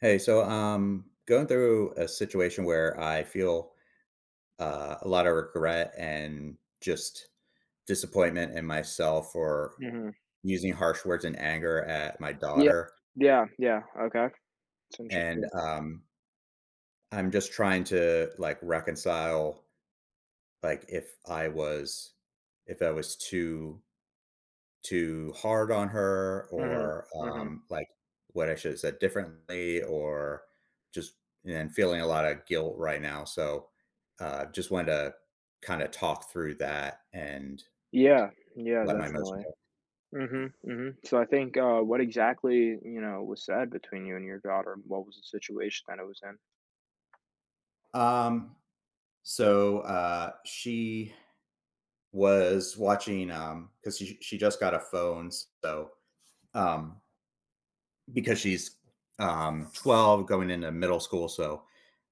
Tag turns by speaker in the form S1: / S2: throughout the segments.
S1: Hey, going through a situation where I feel a lot of regret and just disappointment in myself for
S2: Mhm.
S1: using harsh words and anger at my
S2: Yeah.
S1: daughter,
S2: Yeah, yeah, okay. It's
S1: and
S2: interesting.
S1: um, I'm just trying to like reconcile like if I was too hard on her
S2: Mhm,
S1: or,
S2: mhm.
S1: um, like, what I should have said differently or just and feeling a lot of guilt right now, so, just wanted to kinda talk through that and
S2: Yeah, yeah,
S1: let my emotions
S2: definitely. Mhm, mhm. So I think, what exactly, you know, was said between you and your daughter? And What was the situation that it was in?
S1: out. She was watching, because she just got a phone, so, um, because she's, 12 going into middle school, so,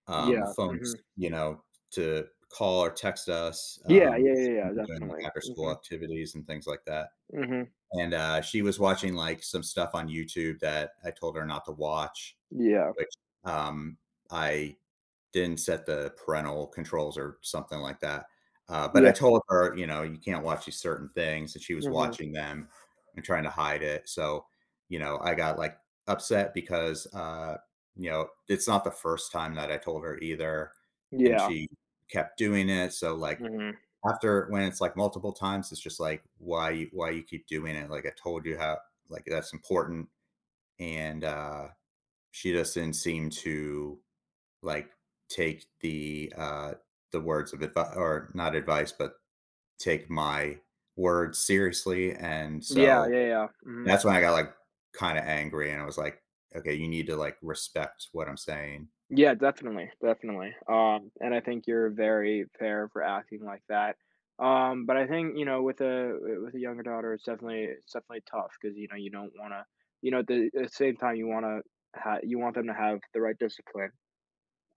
S2: Yeah,
S1: Phones,
S2: mhm.
S1: you know, to call or text us,
S2: Yeah, yeah, yeah,
S1: 'cause we're gonna
S2: yeah,
S1: be doing, like,
S2: definitely.
S1: after school
S2: Mhm,
S1: activities and things like that,
S2: mhm.
S1: and, she was watching, like, some stuff on YouTube that I told her not to watch,
S2: Yeah.
S1: which, um, I didn't set the parental controls or something like that. But
S2: Yeah.
S1: I told her, you know, you can't watch these certain things, and she was
S2: Mhm.
S1: watching them and trying to hide it. So, you know, I got like upset because, you know, it's not the first time that I told her either, and
S2: Yeah.
S1: she kept doing it. So, like
S2: Mhm.
S1: after when it's like multiple times, it's just like why you keep doing it? Like I told you how like that's important, and she just didn't seem to like, take the words of advice, or not advice, but take my words seriously, and
S2: Yeah,
S1: so
S2: yeah, yeah. Mhm.
S1: that's when I got, like, kinda angry, and I was like, "Okay, you need to, like, respect what I'm saying."
S2: Yeah, definitely, definitely. And I think you're very fair for acting like that. But I think you know, with a younger daughter, it's definitely tough because you know you don't want to, you know, at the same time you want to you want them to have the right discipline.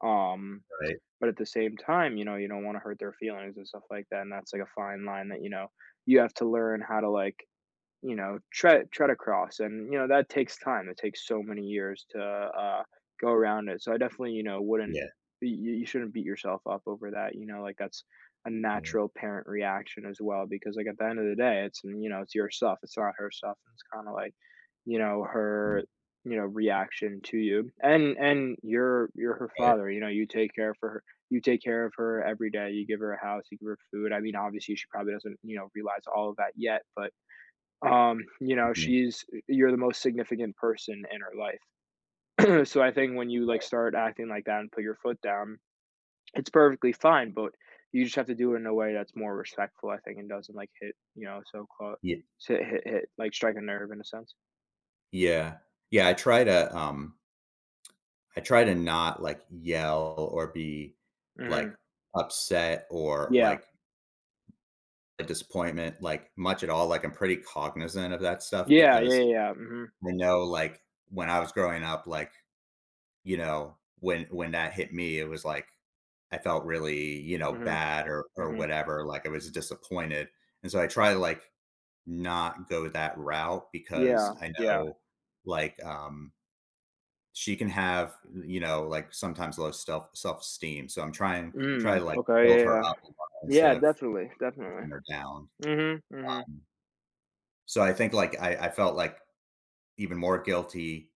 S2: Um,
S1: Right.
S2: but at the same time, you know, you don't want to hurt their feelings and stuff like that. And that's like a fine line that you know you have to learn how to like you know, tread across, and, you know, that takes time, it takes so many years to, go around it, so I definitely, you know, wouldn't
S1: Yeah,
S2: y you shouldn't beat yourself up over that, you know, like, that's a
S1: yeah,
S2: natural parent reaction as well because, like, at the end of the day, it's you know, it's your stuff, it's not her stuff, and it's kinda like, you know,
S1: mm,
S2: her, you know, reaction to you, and you're her
S1: right.
S2: father, you know, you take care for her you take care of her every day, you give her a house, you give her food. I mean, obviously, she probably doesn't, you know, realize all of that yet, but you know,
S1: Mm.
S2: she's you're the most significant person in her life. So I think when you like start acting like that and put your foot down, it's perfectly fine, but you just have to do it in a way that's more respectful, I think, and doesn't like hit, you know, so close,
S1: Ye
S2: hit, like strike a nerve in a sense.
S1: yeah. Yeah, I try to not, like, yell or be, like,
S2: hmm
S1: upset or,
S2: Yeah.
S1: like, a disappointment, like, much at all, like, I'm pretty cognizant of that stuff
S2: Yeah. Yeah. Yeah.
S1: because
S2: yeah.
S1: I know, like, when I was growing up, like, you know, when that hit me, it was like I felt really, you know,
S2: Hmm
S1: bad or
S2: hmm
S1: whatever, like, I was disappointed, and so I try to, like, not go that route
S2: Yeah.
S1: because I
S2: Yeah.
S1: know, like, she can have, you know, like sometimes low self self-esteem. So I'm trying try
S2: Mm.
S1: to like build
S2: Okay. Yeah.
S1: her
S2: Yeah.
S1: up a lot instead
S2: Yeah.
S1: of
S2: Definitely. Definitely.
S1: pushing her down.
S2: hmm hmm
S1: Um, so I think like I felt like even more guilty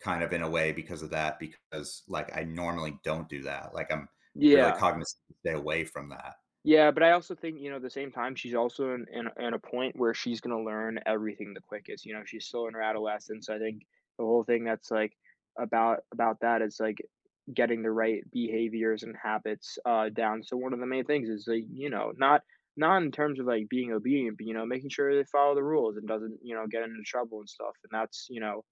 S1: kind of in a way because of that, because like I normally don't do that. Like I'm really
S2: Yeah.
S1: cognizant to stay away from that.
S2: Yeah, but I also think, you know, at the same time, she's also in in a point where she's gonna learn everything the quickest, you know, she's still in her adolescence. I think the whole thing that's, like, about that is, like, getting the right behaviors and habits, down, so one of the main things is, like, you know, not not in terms of, like, being obedient, but, you know, making sure they follow the rules and doesn't, you know, get into trouble and stuff, and that's, you know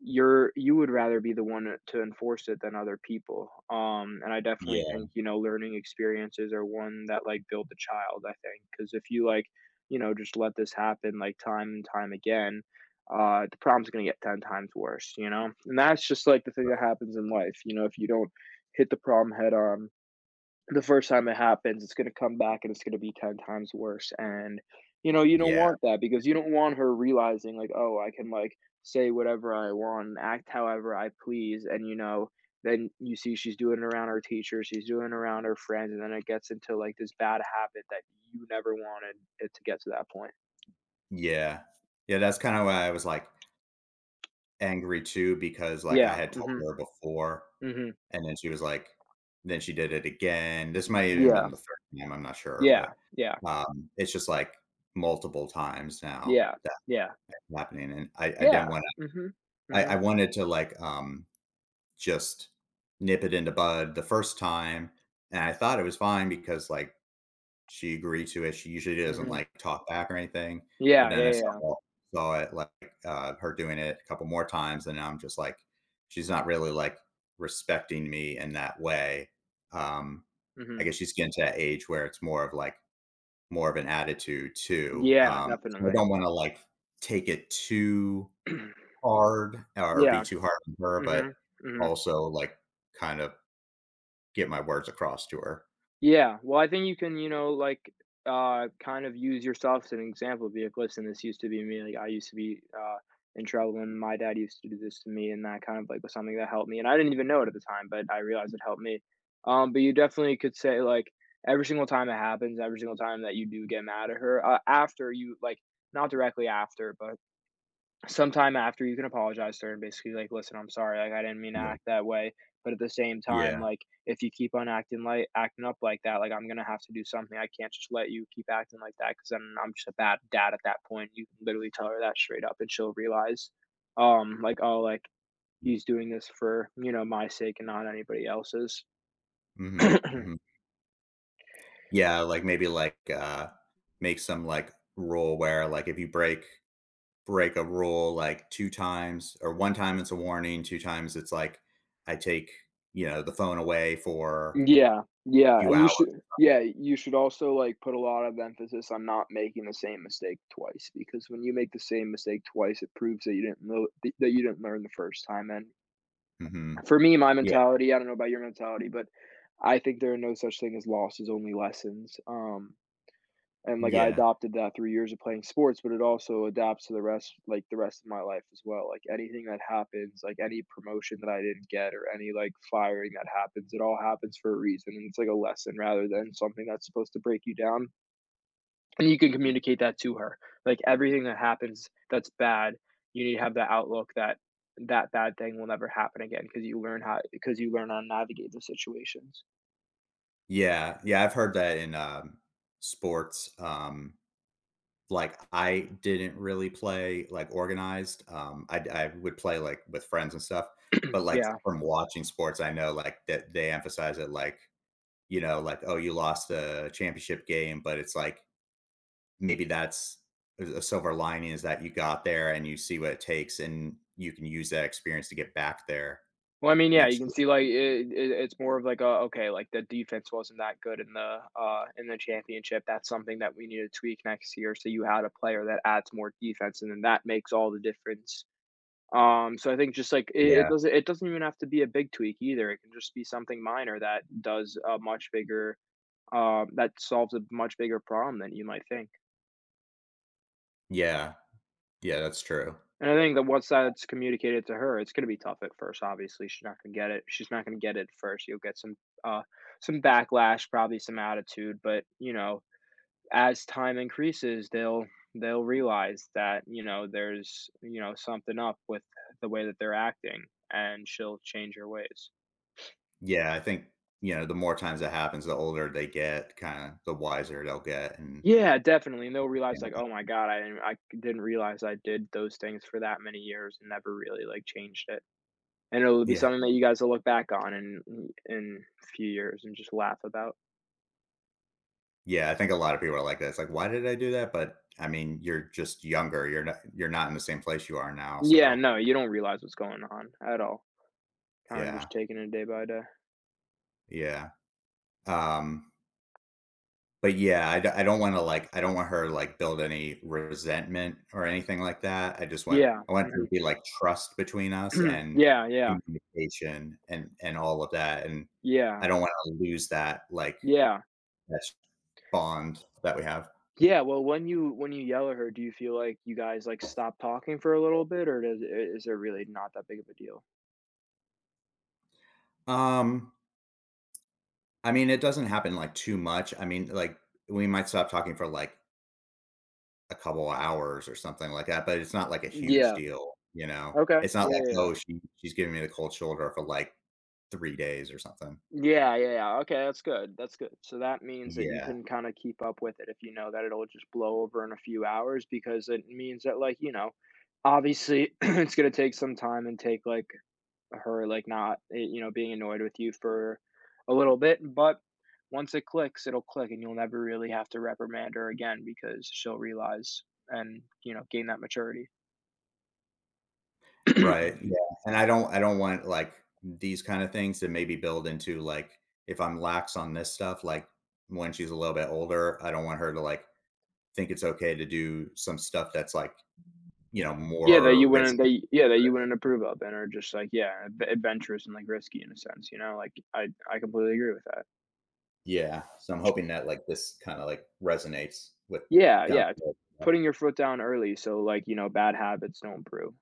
S2: you would rather be the one to enforce it than other people. And I definitely
S1: Yeah.
S2: think, you know, learning experiences are one that like build the child, I think, because if you like, you know, just let this happen like time and time again, the problem's gonna get 10 times worse, you know? And that's just like the thing that
S1: Right.
S2: happens in life, you know, if you don't hit the problem head on, the first time it happens, it's going to come back and it's going to be 10 times worse. And, you know, you don't
S1: Yeah.
S2: want that because you don't want her realizing, like, oh, I can, like, say whatever I want and act however I please. And, you know, then you see she's doing it around her teacher, she's doing it around her friends. And then it gets into, like, this bad habit that you never wanted it to get to that point.
S1: Yeah. Yeah. That's kind of why I was like angry too, because like I
S2: Yeah.
S1: had told her before.
S2: Hmm
S1: And then she was like then she did it again. This might even
S2: Yeah.
S1: been the 3rd time, I'm not sure, but,
S2: Yeah. Yeah.
S1: it's just, like, multiple times now
S2: Yeah.
S1: that
S2: Yeah.
S1: it's happening, and I
S2: Yeah.
S1: didn't wanna
S2: hmm hmm
S1: I wanted to, like, just nip it into bud the first time, and I thought it was fine because, like, she agreed to it. She usually doesn't,
S2: hmm
S1: like, talk back or anything, but
S2: Yeah.
S1: then
S2: Yeah.
S1: I
S2: Yeah.
S1: saw saw it, like, her doing it a couple more times, and I'm just like, she's not really, like, respecting me in that way. Um, I
S2: hmm
S1: guess she's getting to that age where it's more of an attitude too.
S2: Yeah.
S1: So I
S2: Definitely.
S1: don't wanna, like, take it too hard or be
S2: Yeah,
S1: too hard on her,
S2: mhm,
S1: but
S2: mhm.
S1: also, like, kind of get my words across to her.
S2: Yeah, well, I think you can, you know, like, kind of use yourself as an example, be like, "Listen, this used to be me, like, I used to be, in trouble, and my dad used to do this to me," and that kind of, like, was something that helped me, and I didn't even know it at the time, but I realized it helped me. But you definitely could say, like, every single time it happens, every single time that you do get mad at her, after you like, not directly after, but sometime after you can apologize to her and basically like, "Listen, I'm sorry, like I didn't mean to
S1: Yeah.
S2: act that way." But at the same time,
S1: Yeah.
S2: like if you keep on acting acting up like that, like I'm gonna have to do something. I can't just let you keep acting like that because then I'm just a bad dad at that point. You can literally tell her that straight up and she'll realize, like, oh, like he's doing this for, you know, my sake and not anybody else's.
S1: Mhm. Mhm. Yeah, like, maybe, like, make some, like, rule where, like, if you break a rule, like, 2 times or 1 time, it's a warning, 2 times, it's like, I take, you know, the phone away for
S2: Yeah,
S1: a
S2: yeah,
S1: few
S2: and
S1: hours.
S2: you should yeah, you should also, like, put a lot of emphasis on not making the same mistake twice, because when you make the same mistake twice, it proves that you didn't know that you didn't learn the first time, and
S1: Mhm.
S2: for me, my
S1: Yeah.
S2: mentality I don't know about your mentality, but I think there are no such thing as losses, only lessons. And like I
S1: Yeah.
S2: adopted that through years of playing sports, but it also adapts to the rest, like the rest of my life as well. Like anything that happens, like any promotion that I didn't get or any like firing that happens, it all happens for a reason. And it's like a lesson rather than something that's supposed to break you down. And you can communicate that to her. Like everything that happens that's bad, you need to have that outlook that that bad thing will never happen again because you learn how because you learn how to navigate the situations.
S1: Yeah. Yeah, I've heard that in, sports, like, I didn't really play, like, organized, I would play, like, with friends and stuff, but, like,
S2: Yeah.
S1: from watching sports, I know, like, that they emphasize it, like you know, like, oh, you lost a championship game, but it's like maybe that's a silver lining is that you got there and you see what it takes and you can use that experience to get back there
S2: Well, I mean, yeah, you
S1: next
S2: can
S1: year.
S2: see like it, it's more of like a okay, like the defense wasn't that good in the championship. That's something that we need to tweak next year. So you had a player that adds more defense, and then that makes all the difference. So I think just like it,
S1: Yeah.
S2: doesn't it doesn't even have to be a big tweak either. It can just be something minor that does a much bigger that solves a much bigger problem than you might think.
S1: Yeah. Yeah, that's true.
S2: And I think that once that's communicated to her, it's gonna be tough at first, obviously, she's not gonna get it she's not gonna get it at first, you'll get uh, some backlash, probably some attitude, but, you know, as time increases, they'll realize that, you know, there's, you know, something up with the way that they're acting, and she'll change her ways.
S1: Yeah, I think, you know, the more times that happens, the older they get, kind of the wiser they'll get and
S2: Yeah, definitely, and they'll
S1: and
S2: realize,
S1: I
S2: like,
S1: think
S2: "Oh my god, I didn't realize I did those things for that many years and never really, like, changed it." And it'll be
S1: Yeah.
S2: something that you guys will look back on in a few years and just laugh about.
S1: Yeah, I think a lot of people are like that. It's like, why did I do that? But I mean, you're just younger. You're not in the same place you are now.
S2: Yeah,
S1: So
S2: no, you don't realize what's going on at all. Kinda
S1: yeah.
S2: just taking it day by day.
S1: Yeah. Um But yeah, I don't wanna, like I don't want her to, like, build any resentment or anything like that. I just want
S2: Yeah,
S1: I want there to
S2: mhm.
S1: be, like, trust between us and
S2: Yeah, yeah,
S1: communication and all of that, and
S2: yeah,
S1: I don't wanna lose that, like,
S2: yeah.
S1: that bond that we have.
S2: Yeah, well, when you yell at her, do you feel like you guys, like, stop talking for a little bit, or does is it really not that big of a deal?
S1: Um, I mean, it doesn't happen, like, too much. I mean, like, we might stop talking for, like, a couple of hours or something like that, but it's not, like, a huge
S2: Yeah.
S1: deal, you know?
S2: Okay.
S1: It's not
S2: Yeah,
S1: like,
S2: yeah, yeah.
S1: "Oh, she's giving me the cold shoulder for, like, 3 days or something."
S2: Yeah, yeah, yeah, okay, that's good, that's good. So that means that you
S1: Yeah,
S2: can kinda keep up with it if you know that it'll just blow over in a few hours because it means that, like, you know, obviously, it's gonna take some time and take, like, her, like, not, you know, being annoyed with you for a little bit, but once it clicks, it'll click, and you'll never really have to reprimand her again because she'll realize and, you know, gain that maturity.
S1: right, yeah, and I don't want, like, these kinda things to maybe build into, like, if I'm lax on this stuff, like, when she's a little bit older, I don't want her to, like, think it's okay to do some stuff that's, like, you know,
S2: Yeah, that
S1: more
S2: you wouldn't
S1: risky.
S2: that yeah, that you wouldn't approve of and are just like, yeah, ad adventurous and, like, risky in a sense, you know? Like, I completely agree with that.
S1: Yeah, so I'm hoping that, like, this kinda, like, resonates with
S2: Yeah,
S1: down
S2: yeah, it's
S1: the road.
S2: putting your foot down early so, like, you know, bad habits don't brew,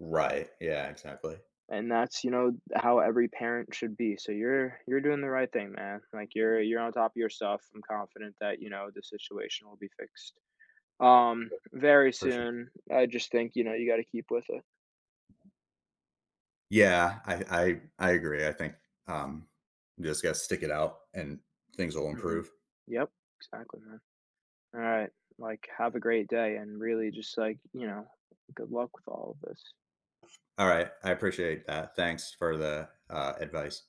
S1: Yeah, right, yeah, exactly.
S2: and that's, you know, how every parent should be, so you're doing the right thing, man, like, you're on top of your stuff. I'm confident that, you know, the situation will be fixed, very
S1: For sure.
S2: soon. I just think, you know, you gotta keep with it.
S1: Yeah, I agree, I think, um, you just gotta stick it out and things will
S2: Mhm.
S1: improve.
S2: Yep, exactly, man. All right. Like, have a great day and really just like, you know, good luck with all of this.
S1: All right. I appreciate that. Thanks for the advice.